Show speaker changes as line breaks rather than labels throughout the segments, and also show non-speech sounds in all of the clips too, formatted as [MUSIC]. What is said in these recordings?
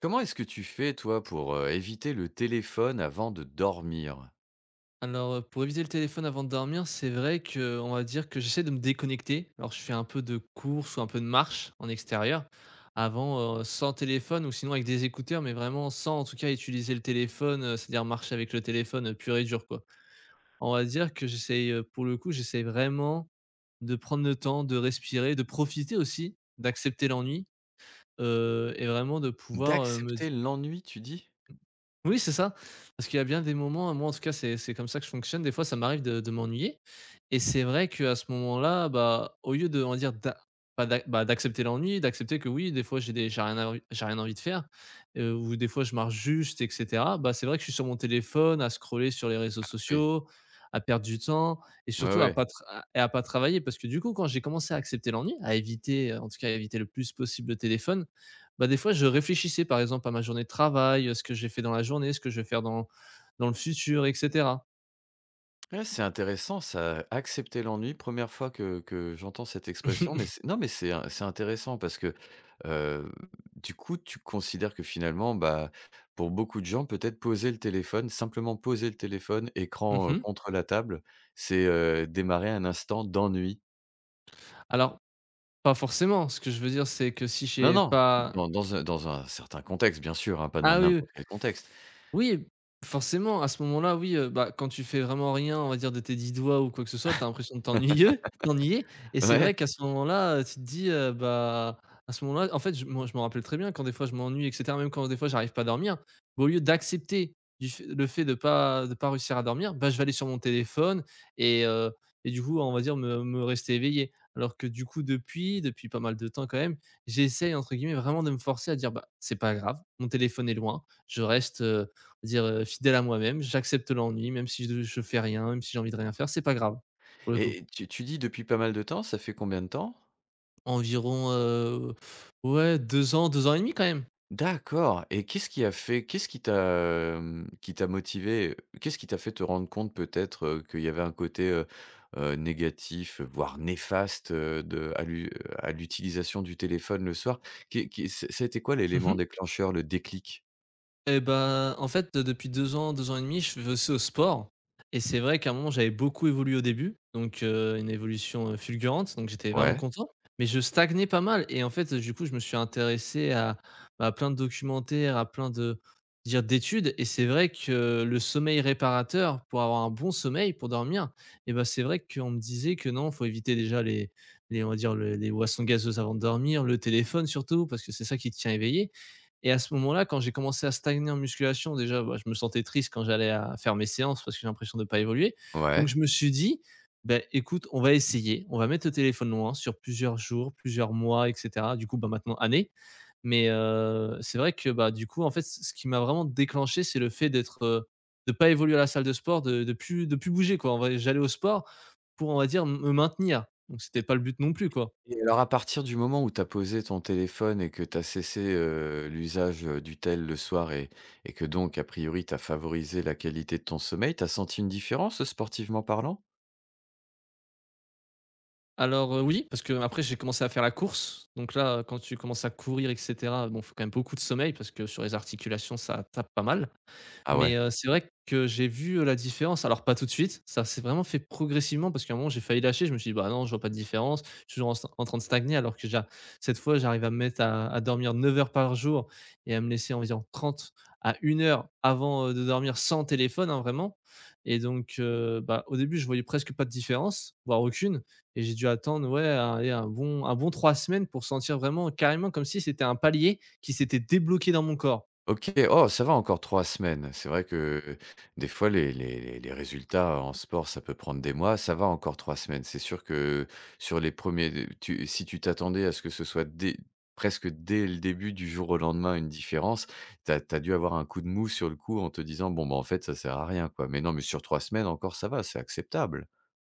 Comment est-ce que tu fais, toi, pour, éviter le téléphone avant de dormir?
Alors, pour éviter le téléphone avant de dormir, c'est vrai que, on va dire que j'essaie de me déconnecter. Alors, je fais un peu de course ou un peu de marche en extérieur. Avant, sans téléphone ou sinon avec des écouteurs, mais vraiment sans, en tout cas, utiliser le téléphone, c'est-à-dire marcher avec le téléphone, pur et dur, quoi. On va dire que j'essaie, pour le coup, j'essaie vraiment de prendre le temps de respirer, de profiter aussi, d'accepter l'ennui, et vraiment de pouvoir, me
D'accepter l'ennui, tu dis?
Oui, c'est ça. Parce qu'il y a bien des moments, moi en tout cas, c'est comme ça que je fonctionne. Des fois, ça m'arrive de m'ennuyer. Et c'est vrai qu'à ce moment-là, bah, au lieu de, on va dire, d'a- pas d'a- bah, d'accepter l'ennui, d'accepter que oui, des fois, j'ai des- j'ai rien envie de faire, ou des fois, je marche juste, etc. Bah, c'est vrai que je suis sur mon téléphone, à scroller sur les réseaux
Oui.
sociaux, à perdre du temps, et
Ouais,
surtout à
ouais.
pas, à pas travailler. Parce que du coup, quand j'ai commencé à accepter l'ennui, à éviter, en tout cas, à éviter le plus possible le téléphone, bah, des fois, je réfléchissais, par exemple, à ma journée de travail, ce que j'ai fait dans la journée, ce que je vais faire dans le futur et cetera.
Ouais, c'est intéressant ça, accepter l'ennui. Première fois que j'entends cette expression, mais c'est
[LAUGHS]
non, mais c'est in c'est intéressant parce que, heu, du coup, tu considères que finalement, bah, pour beaucoup de gens, peut-être poser le téléphone, simplement poser le téléphone, écran,
Mmh.
contre la table, c'est, démarrer un instant d'ennui.
Alors, pas forcément. Ce que je veux dire, c'est que si
Non,
j'ai
non,
pas.
dans un certain contexte, bien sûr, hein, pas dans
Ah oui, oui.
n'importe quel contexte.
Oui, forcément, à ce moment-là, oui, bah, quand tu fais vraiment rien, on va dire de tes 10 doigts ou quoi que ce soit, tu as l'impression de t'ennuyer [LAUGHS] t'ennuyer et
[LAUGHS]
c'est vrai
Ouais
qu'à ce moment-là, tu te dis, bah, à ce moment-là, en fait, je moi, je m'en rappelle très bien quand des fois je m'ennuie et cetera, même quand des fois j'arrive pas à dormir, bah, au lieu d'accepter du f le fait de pas réussir à dormir, bah, je vais aller sur mon téléphone et heu et du coup, on va dire me rester éveillé. Alors que du coup depuis pas mal de temps quand même, j'essaye entre guillemets vraiment de me forcer à dire: «Bah, c'est pas grave, mon téléphone est loin, je reste, c'est-à-dire, fidèle à moi-même, j'accepte l'ennui, même si je fais rien, même si j'ai envie de rien faire, c'est pas grave, pour le coup.
et tu dis depuis pas mal de temps, ça fait combien de temps?
Environ, ouais 2 ans, 2 ans et demi quand même.
D'accord et qu'est-ce qui a fait qu'est-ce qui t'a, hem, qui t'a motivé? Qu'est-ce qui t'a fait te rendre compte peut-être, qu'il y avait un côté, négatif, voire néfaste, de à l'u à l'utilisation du téléphone le soir? Qu'est qu'est ça a été quoi l'élément
[LAUGHS]
déclencheur, le déclic?
Et bah, en fait, depuis 2 ans, 2 ans et demi, je fais aussi au sport et c'est vrai qu'à un moment, j'avais beaucoup évolué au début, donc une évolution, fulgurante, donc j'étais vraiment
Ouais,
content, mais je stagnais pas mal et en fait, du coup, je me suis intéressé à, bah, plein de documentaires, à plein de dire d'études et c'est vrai que le sommeil réparateur, pour avoir un bon sommeil, pour dormir et ben, c'est vrai qu'on me disait que non, faut éviter déjà on va dire, le les boissons gazeuses avant de dormir, le téléphone surtout parce que c'est ça qui te tient éveillé et à ce moment-là, quand j'ai commencé à stagner en musculation, déjà, bah, je me sentais triste quand j'allais à faire mes séances parce que j'ai l'impression de ne pas évoluer. Donc
ouais.
je me suis dit: «Beh, écoute, on va essayer, on va mettre le téléphone loin sur plusieurs jours, plusieurs mois et cetera». Du coup, bah, maintenant années, mais c'est vrai que, bah, du coup, en fait, ce qui m'a vraiment déclenché, c'est le fait d'être, de pas évoluer à la salle de sport, de plus bouger, quoi. En vrai, j'allais au sport pour, on va dire, me maintenir. Donc c'était pas le but non plus, quoi.
Et alors à partir du moment où tu as posé ton téléphone et que tu as cessé, l'usage, du tel le soir et que donc a priori tu as favorisé la qualité de ton sommeil, tu as senti une différence sportivement parlant?
Alors, oui, parce que après j'ai commencé à faire la course, donc là, quand tu commences à courir et cetera, bon, faut quand même beaucoup de sommeil parce que sur les articulations, ça tape pas mal.
Ah
Mais
ouais?
c'est vrai que j'ai vu, la différence. Alors pas tout de suite, ça s'est vraiment fait progressivement parce qu'à un moment j'ai failli lâcher, je me suis dit: «Bah non, je vois pas de différence, je suis toujours en train de stagner» alors que j'a cette fois j'arrive à me mettre à dormir 9 heures par jour et à me laisser environ 30 à une heure avant, de dormir sans téléphone, hein, vraiment et donc bah, au début je voyais presque pas de différence, voire aucune et j'ai dû attendre, ouais, un bon 3 semaines pour sentir vraiment carrément comme si c'était un palier qui s'était débloqué dans mon corps.
OK, oh, ça va encore 3 semaines. C'est vrai que des fois les résultats en sport, ça peut prendre des mois. Ça va encore 3 semaines. C'est sûr que sur les premiers, tu si tu t'attendais à ce que ce soit dès presque dès le début du jour au lendemain une différence, t'as as dû avoir un coup de mou sur le coup en te disant: «Bon, bah, en fait, ça sert à rien, quoi». Mais non, mais sur 3 semaines encore, ça va, c'est acceptable.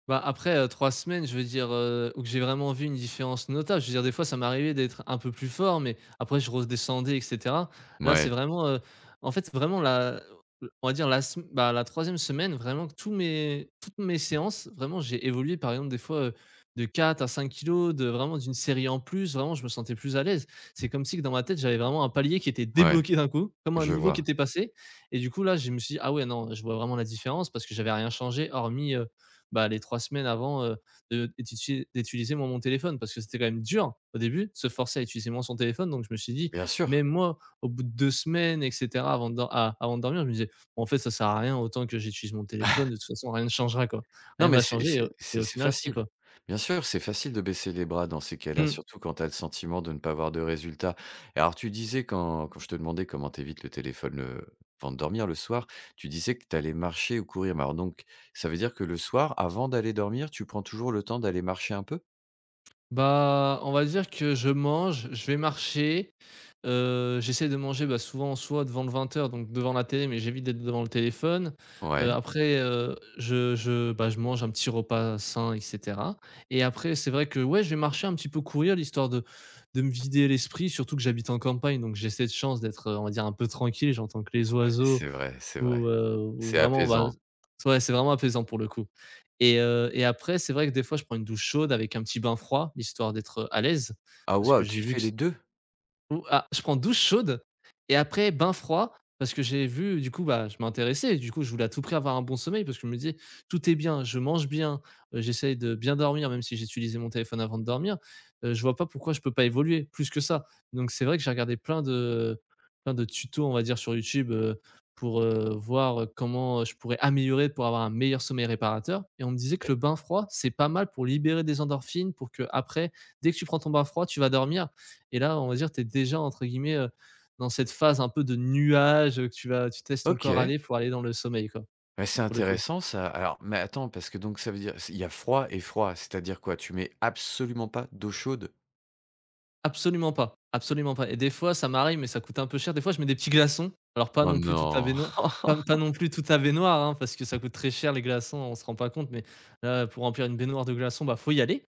Bah, après, 3 semaines, je veux dire, ou que j'ai vraiment vu une différence notable. Je veux dire, des fois, ça m'arrivait d'être un peu plus fort, mais après, je redescendais et cetera. Là, c'est
Ouais,
vraiment, en fait, vraiment la on va dire la troisième semaine, vraiment que tous mes toutes mes séances, vraiment, j'ai évolué, par exemple, des fois, de 4 à 5 kilos, de vraiment d'une série en plus. Vraiment, je me sentais plus à l'aise. C'est comme si que dans ma tête, j'avais vraiment un palier qui était
ouais,
débloqué d'un coup, comme un
je
niveau qui
vois.
était passé et du coup, là, je me suis dit: «Ah ouais, non, je vois vraiment la différence» parce que j'avais rien changé hormis, bah, les 3 semaines avant, de d'utili d'utiliser moi mon téléphone parce que c'était quand même dur au début de se forcer à utiliser moins son téléphone donc je me suis dit,
Bien
même
sûr.
moi au bout de 2 semaines et cetera avant de dormir je me disais: bon, «En fait ça sert à rien autant que j'utilise mon téléphone de toute façon rien ne changera quoi, rien
Non,
ne
mais
va changer» et au
c'est
final si
facile.
quoi.
Bien sûr, c'est facile de baisser les bras dans ces cas-là,
Mmh.
surtout quand tu as le sentiment de ne pas avoir de résultat. Et alors, tu disais quand je te demandais comment t'évites le téléphone, avant de dormir le soir, tu disais que tu allais marcher ou courir, mais alors donc ça veut dire que le soir, avant d'aller dormir, tu prends toujours le temps d'aller marcher un peu?
Bah, on va dire que je mange, je vais marcher, j'essaie de manger, bah, souvent soit devant le 20:00 donc devant la télé, mais j'évite d'être devant le téléphone. Heu,
Ouais,
après, bah, je mange un petit repas sain et cetera et après c'est vrai que, ouais, je vais marcher un petit peu courir l'histoire de me vider l'esprit surtout que j'habite en campagne donc j'ai cette chance d'être, on va dire un peu tranquille. J'entends que les
ouais,
oiseaux,
c'est vrai, c'est vrai.
ou
C'est
vraiment, bah,
apaisant.
ouais, c'est vraiment apaisant pour le coup et après, c'est vrai que des fois, je prends une douche chaude avec un petit bain froid, histoire d'être, à l'aise.
Ah
Parce que
waouh,
j'ai
tu
vu
fais les 2?
je prends douche chaude et après bain froid parce que j'ai vu du coup, bah, je m'intéressais, du coup, je voulais à tout prix avoir un bon sommeil parce que je me disais: «Tout est bien, je mange bien, j'essaye de bien dormir même si j'utilisais mon téléphone avant de dormir, je vois pas pourquoi je peux pas évoluer plus que ça». Donc c'est vrai que j'ai regardé plein de tutos, on va dire, sur YouTube, pour, voir, comment, je pourrais améliorer pour avoir un meilleur sommeil réparateur et on me disait que
OK.
le bain froid, c'est pas mal pour libérer des endorphines pour que après dès que tu prends ton bain froid, tu vas dormir et là, on va dire, tu es déjà entre guillemets, dans cette phase un peu de nuage, que tu testes ton corps
Ok.
aller pour aller dans le sommeil quoi,
Ouais, c'est
pour le coup.
intéressant ça. Alors, mais attends, parce que donc ça veut dire, il y a froid et froid, c'est-à-dire quoi? Tu mets absolument pas d'eau chaude?
Absolument pas et des fois ça m'arrive mais ça coûte un peu cher. Des fois je mets des petits glaçons, alors pas
Oh
non plus toute la
non!
baignoire, pas non plus toute la baignoire, hein, parce que ça coûte très cher les glaçons, on se rend pas compte mais là, pour remplir une baignoire de glaçons, bah, faut y aller.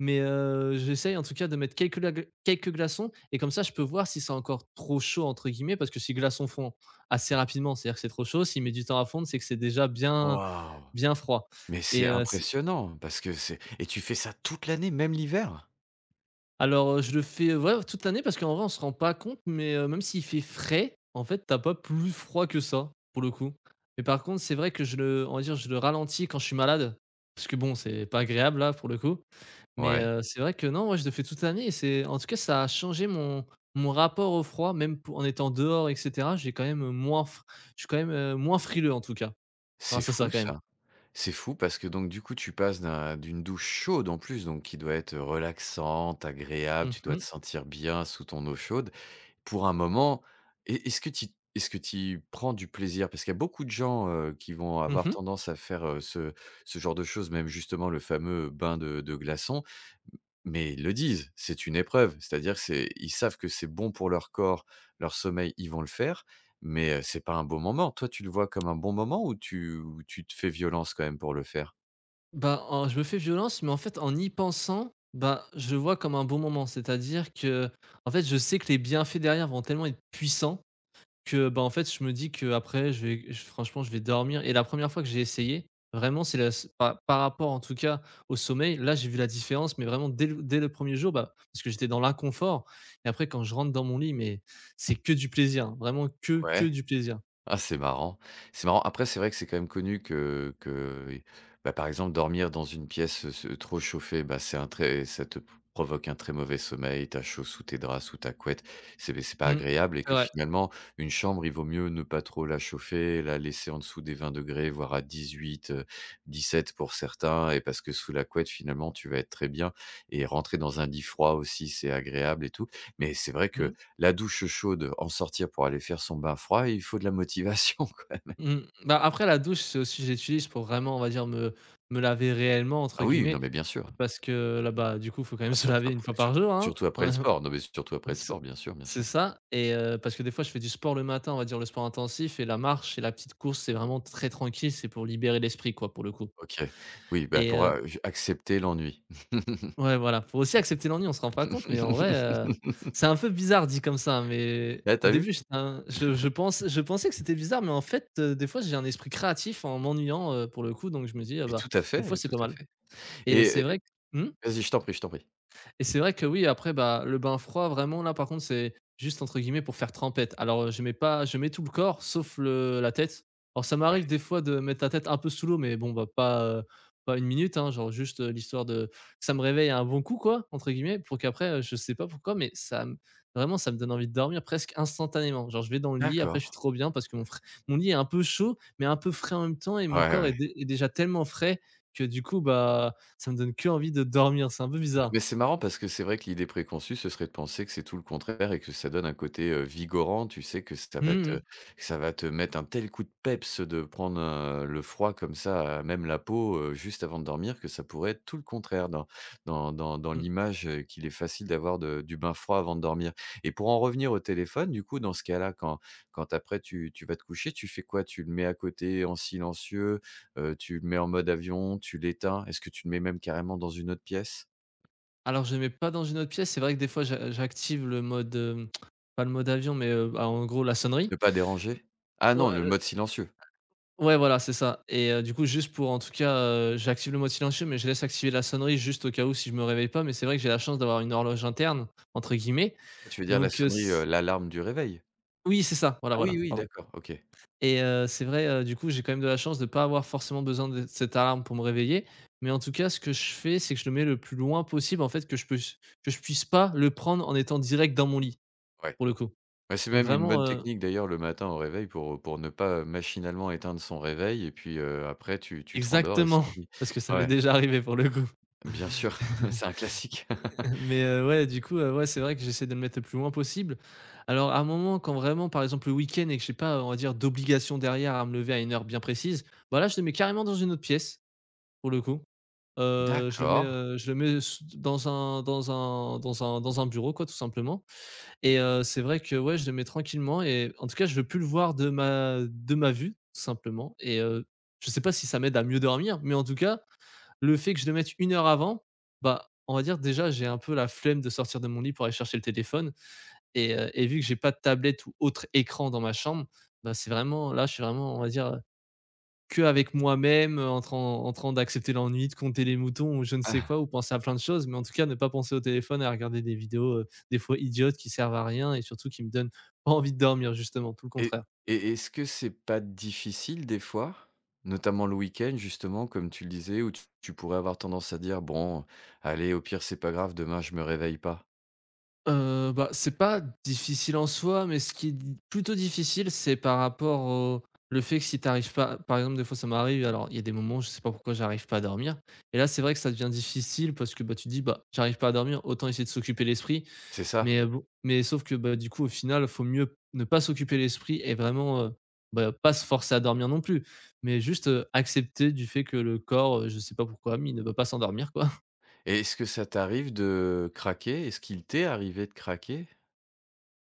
Mais j'essaye en tout cas de mettre quelques glaçons et comme ça je peux voir si c'est encore «trop chaud» entre guillemets parce que si glaçons fondent assez rapidement, c'est-à-dire que c'est trop chaud, s'il met du temps à fondre, c'est que c'est déjà bien
Waouh!
bien froid
Mais c'est
et c
impressionnant parce que c'est et tu fais ça toute l'année, même l'hiver?
Alors, je le fais, ouais, toute l'année parce qu'en vrai, on se rend pas compte, mais même s'il fait frais, en fait, t'as pas plus froid que ça, pour le coup. Mais par contre, c'est vrai que je le on va dire, je le ralentis quand je suis malade, parce que bon, c'est pas agréable là, pour le coup. Mais
Ouais,
c'est vrai que non, ouais, je le fais toute l'année et c'est en tout cas, ça a changé mon rapport au froid, même pou en étant dehors et cetera. J'ai quand même moins fr je suis quand même, moins frileux en tout cas,
c'est
grâce à ça
fou
quand même.
ça. C'est fou parce que donc du coup tu passes d'une douche chaude en plus donc qui doit être relaxante, agréable,
Mmh
tu dois te
mh.
sentir bien sous ton eau chaude pour un moment et est-ce que tu prends du plaisir? Parce qu'il y a beaucoup de gens, qui vont avoir
Mmh.
tendance à faire, ce genre de choses, même justement le fameux bain de glaçons, mais ils le disent, c'est une épreuve. C'est-à-dire que c'est ils savent que c'est bon pour leur corps, leur sommeil, ils vont le faire mais, c'est pas un bon moment. Toi, tu le vois comme un bon moment ou tu te fais violence quand même pour le faire?
Bah, en Je me fais violence, mais en fait, en y pensant, bah, je le vois comme un bon moment. C'est-à-dire que, en fait, je sais que les bienfaits derrière vont tellement être puissants que, bah, en fait, je me dis que après, franchement, je vais dormir. Et la première fois que j'ai essayé, vraiment, par rapport, en tout cas, au sommeil. Là, j'ai vu la différence, mais vraiment, dès le premier jour, bah, parce que j'étais dans l'inconfort. Et après, quand je rentre dans mon lit, mais c'est que du plaisir, hein. Vraiment, que
Ouais.
du plaisir.
Ah, c'est marrant. C'est marrant. Après, c'est vrai que c'est quand même connu que bah, par exemple, dormir dans une pièce, se trop chauffée, bah, c'est un très ça te p provoque un très mauvais sommeil. T'as chaud sous tes draps, sous ta couette. C'est pas
Mm,
agréable et
c'est
que
vrai.
finalement, une chambre, il vaut mieux ne pas trop la chauffer, la laisser en dessous des 20 degrés, voire à 18, dix-sept pour certains et parce que sous la couette, finalement, tu vas être très bien et rentrer dans un lit froid aussi, c'est agréable et tout. Mais c'est vrai
Mmh.
que la douche chaude, en sortir pour aller faire son bain froid, il faut de la motivation [LAUGHS] quand même.
Mmh. Bah, après la douche, c'est aussi j'utilise pour vraiment, on va dire, me «laver réellement» entre
Ah oui, non,
guillemets,
mais bien sûr.
parce que là, bah, du coup, faut quand même [LAUGHS]
Bah,
se
surtout
laver une
après
fois par jour, hein.
surtout après le
[LAUGHS]
sport. Non, mais surtout après le
Ce
sport, bien sûr, bien
C'est
sûr.
ça parce que des fois, je fais du sport le matin, on va dire le sport intensif, et la marche et la petite course, c'est vraiment très tranquille, c'est pour libérer l'esprit, quoi, pour le coup
OK. Oui, bah, pour,
et
j accepter l'ennui.
ouais, voilà, faut aussi accepter l'ennui, on se rend pas compte, mais en vrai,
[LAUGHS]
c'est un peu bizarre dit comme ça, hein, mais
Ah,
au
t'as vu?
début, j'étais un je pensais que c'était bizarre, mais en fait, des fois, j'ai un esprit créatif en m'ennuyant, pour le coup, donc je me dis: «Ah
Et
bah,
tout à
des fois,
fait,
c'est
tout
pas
à
mal»,
fait.
et
Et,
c'est vrai. Mmh?
vas-y, je t'en prie, je t'en prie.
Et c'est vrai que oui, après, bah, le bain froid, vraiment, là, par contre, c'est juste entre guillemets pour faire trempette. Alors, je mets pas, je mets tout le corps, sauf la tête. Alors, ça
Ouais.
m'arrive des fois de mettre la tête un peu sous l'eau, mais bon, bah, pas une minute, hein, genre juste, l'histoire de, ça me réveille à un bon coup, quoi, entre guillemets, pour qu'après, je sais pas pourquoi, mais vraiment, ça me donne envie de dormir presque instantanément. Genre, je vais dans le lit, après,
D'accord.
je suis trop bien parce que mon lit est un peu chaud, mais un peu frais en même temps, et mon
Ouais,
corps
ouais.
est déjà tellement frais que du coup, bah, ça me donne que envie de dormir. C'est un peu bizarre.
Mais c'est marrant parce que c'est vrai que l'idée préconçue, ce serait de penser que c'est tout le contraire et que ça donne un côté, vigorant. Tu sais que ça va
Mmh
te
mh.
mettre un tel coup de peps de prendre, le froid comme ça, à même la peau, juste avant de dormir, que ça pourrait être tout le contraire dans
Mmh.
l'image, qu'il est facile d'avoir de du bain froid avant de dormir. Et pour en revenir au téléphone, du coup, dans ce cas-là, quand après tu vas te coucher, tu fais quoi? Tu le mets à côté en silencieux, tu le mets en mode avion, tu l'éteins? Est-ce que tu le mets même carrément dans une autre pièce?
Alors, je les mets pas dans une autre pièce. C'est vrai que des fois, j'active le mode, pas le mode avion, mais, bah, en gros, la sonnerie.
Ne pas déranger? Ah
Ouais,
non, le
heu,
mode silencieux.
ouais, voilà, c'est ça du coup, juste pour, en tout cas, j'active le mode silencieux, mais je laisse activer la sonnerie juste au cas où si je me réveille pas, mais c'est vrai que j'ai la chance d'avoir une «horloge interne» entre guillemets,
Tu veux dire la
donc
sonnerie,
c
l'alarme du réveil?
oui, c'est ça, voilà,
Ah
voilà,
oui, oui,
pardon.
d'accord, OK.
Et c'est vrai, du coup, j'ai quand même de la chance de ne pas avoir forcément besoin de cette alarme pour me réveiller. Mais en tout cas, ce que je fais, c'est que je le mets le plus loin possible, en fait, que je puisse pas le prendre en étant direct dans mon lit,
Ouais.
pour le coup.
Bah, c'est
Donc
même une
vraiment,
bonne
heu
technique d'ailleurs le matin au réveil pour ne pas, machinalement éteindre son réveil et puis, après tu te rendors et c'est
Exactement,
fini.
[LAUGHS] parce que ça m'est
Ouais,
déjà arrivé pour le coup.
bien sûr, [LAUGHS] c'est un classique.
[LAUGHS] Mais ouais, c'est vrai que j'essaie de le mettre le plus loin possible. Alors, à un moment, quand vraiment, par exemple, le week-end et que j'ai pas, on va dire, d'obligation derrière à me lever à une heure bien précise, bah là, je le mets carrément dans une autre pièce, pour le coup.
D'accord.
Je le mets s dans un bureau quoi, tout simplement, c'est vrai que, ouais, je le mets tranquillement et en tout cas, je veux plus le voir de ma vue, tout simplement, je sais pas si ça m'aide à mieux dormir, mais en tout cas, le fait que je le mette une heure avant, bah, on va dire, déjà, j'ai un peu la flemme de sortir de mon lit pour aller chercher le téléphone et vu que j'ai pas de tablette ou autre écran dans ma chambre, bah, c'est vraiment là, je suis vraiment, on va dire, que avec moi-même, en train d'accepter l'ennui, de compter les moutons ou je ne sais
Ah
quoi, ou penser à plein de choses, mais en tout cas, ne pas penser au téléphone et à regarder des vidéos, des fois idiotes, qui servent à rien et surtout qui me donnent pas envie de dormir justement, tout le
et
contraire.
est-ce que c'est pas difficile des fois? Notamment le week-end justement comme tu le disais où tu pourrais avoir tendance à dire: «Bon, allez, au pire c'est pas grave, demain je me réveille pas».
Bah, c'est pas difficile en soi, mais ce qui est d plutôt difficile, c'est par rapport au le fait que si t'arrives pas, par exemple, des fois ça m'arrive, alors il y a des moments, je sais pas pourquoi j'arrive pas à dormir, et là, c'est vrai que ça devient difficile parce que, bah, tu te dis: «Bah, j'arrive pas à dormir, autant essayer de s'occuper l'esprit».
C'est ça?
Mais bon, mais sauf que, bah, du coup, au final, faut mieux ne pas s'occuper l'esprit et vraiment, bah, pas se forcer à dormir non plus. Mais juste, accepter du fait que le corps, je sais pas pourquoi, mais il ne veut pas s'endormir, quoi.
Et est-ce que ça t'arrive de craquer? Est-ce qu'il t'est arrivé de craquer?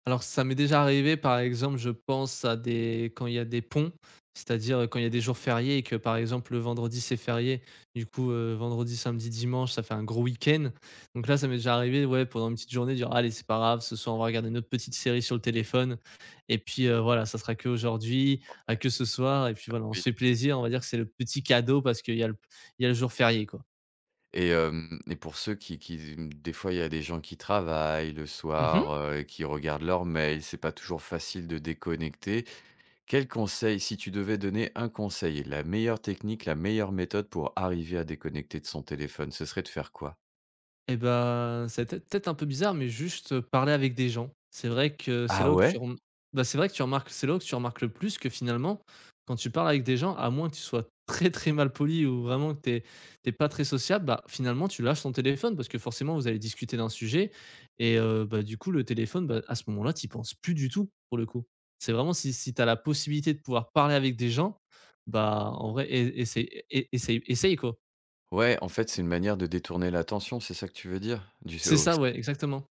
Alors ça m'est déjà arrivé, par exemple, je pense à des quand il y a des ponts, c'est-à-dire, quand il y a des jours fériés et que, par exemple, le vendredi, c'est férié. Du coup, vendredi, samedi, dimanche, ça fait un gros week-end. Donc là, ça m'est déjà arrivé, ouais, pendant une petite journée, dire: «Allez, c'est pas grave, ce soir, on va regarder notre petite série sur le téléphone et puis, voilà, ça sera que aujourd'hui, à
Ouais,
que ce soir et puis voilà, on se
Oui
fait plaisir». On va dire que c'est le petit cadeau parce qu'il y a le jour férié, quoi.
et hem et pour ceux qui mmh, des fois, il y a des gens qui travaillent le soir,
Mmh.
et qui regardent leur mail, c'est pas toujours facile de déconnecter. Quel conseil, si tu devais donner un conseil, la meilleure technique, la meilleure méthode pour arriver à déconnecter de son téléphone, ce serait de faire quoi?
Et ben c'est peut-être un peu bizarre, mais juste, parler avec des gens. C'est vrai que c'est
Ah
là où que tu
ouais?
rem bah, c'est vrai que tu remarques c'est là où que tu remarques le plus que finalement, quand tu parles avec des gens, à moins que tu sois très, très mal poli ou vraiment que t'es pas très sociable, bah, finalement tu lâches ton téléphone parce que forcément vous allez discuter d'un sujet, bah, du coup le téléphone, bah, à ce moment-là, tu y penses plus du tout pour le coup. C'est vraiment si t'as la possibilité de pouvoir parler avec des gens, bah, en vrai, e essaye essaye quoi.
Ouais, en fait, c'est une manière de détourner l'attention, c'est ça que tu veux dire? Du
C'est
au
ça, ouais, exactement,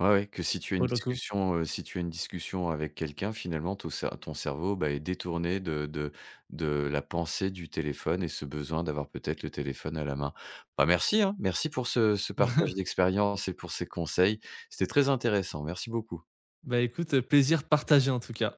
Ouais, ouais, que si tu as
pour
une
le coup.
discussion, si tu as une discussion avec quelqu'un, finalement, ton cerveau, bah, est détourné de la pensée du téléphone et ce besoin d'avoir peut-être le téléphone à la main. Bah, merci, hein, merci pour ce partage
[LAUGHS]
d'expérience et pour ces conseils. C'était très intéressant. Merci beaucoup.
Bah écoute, plaisir partagé en tout cas.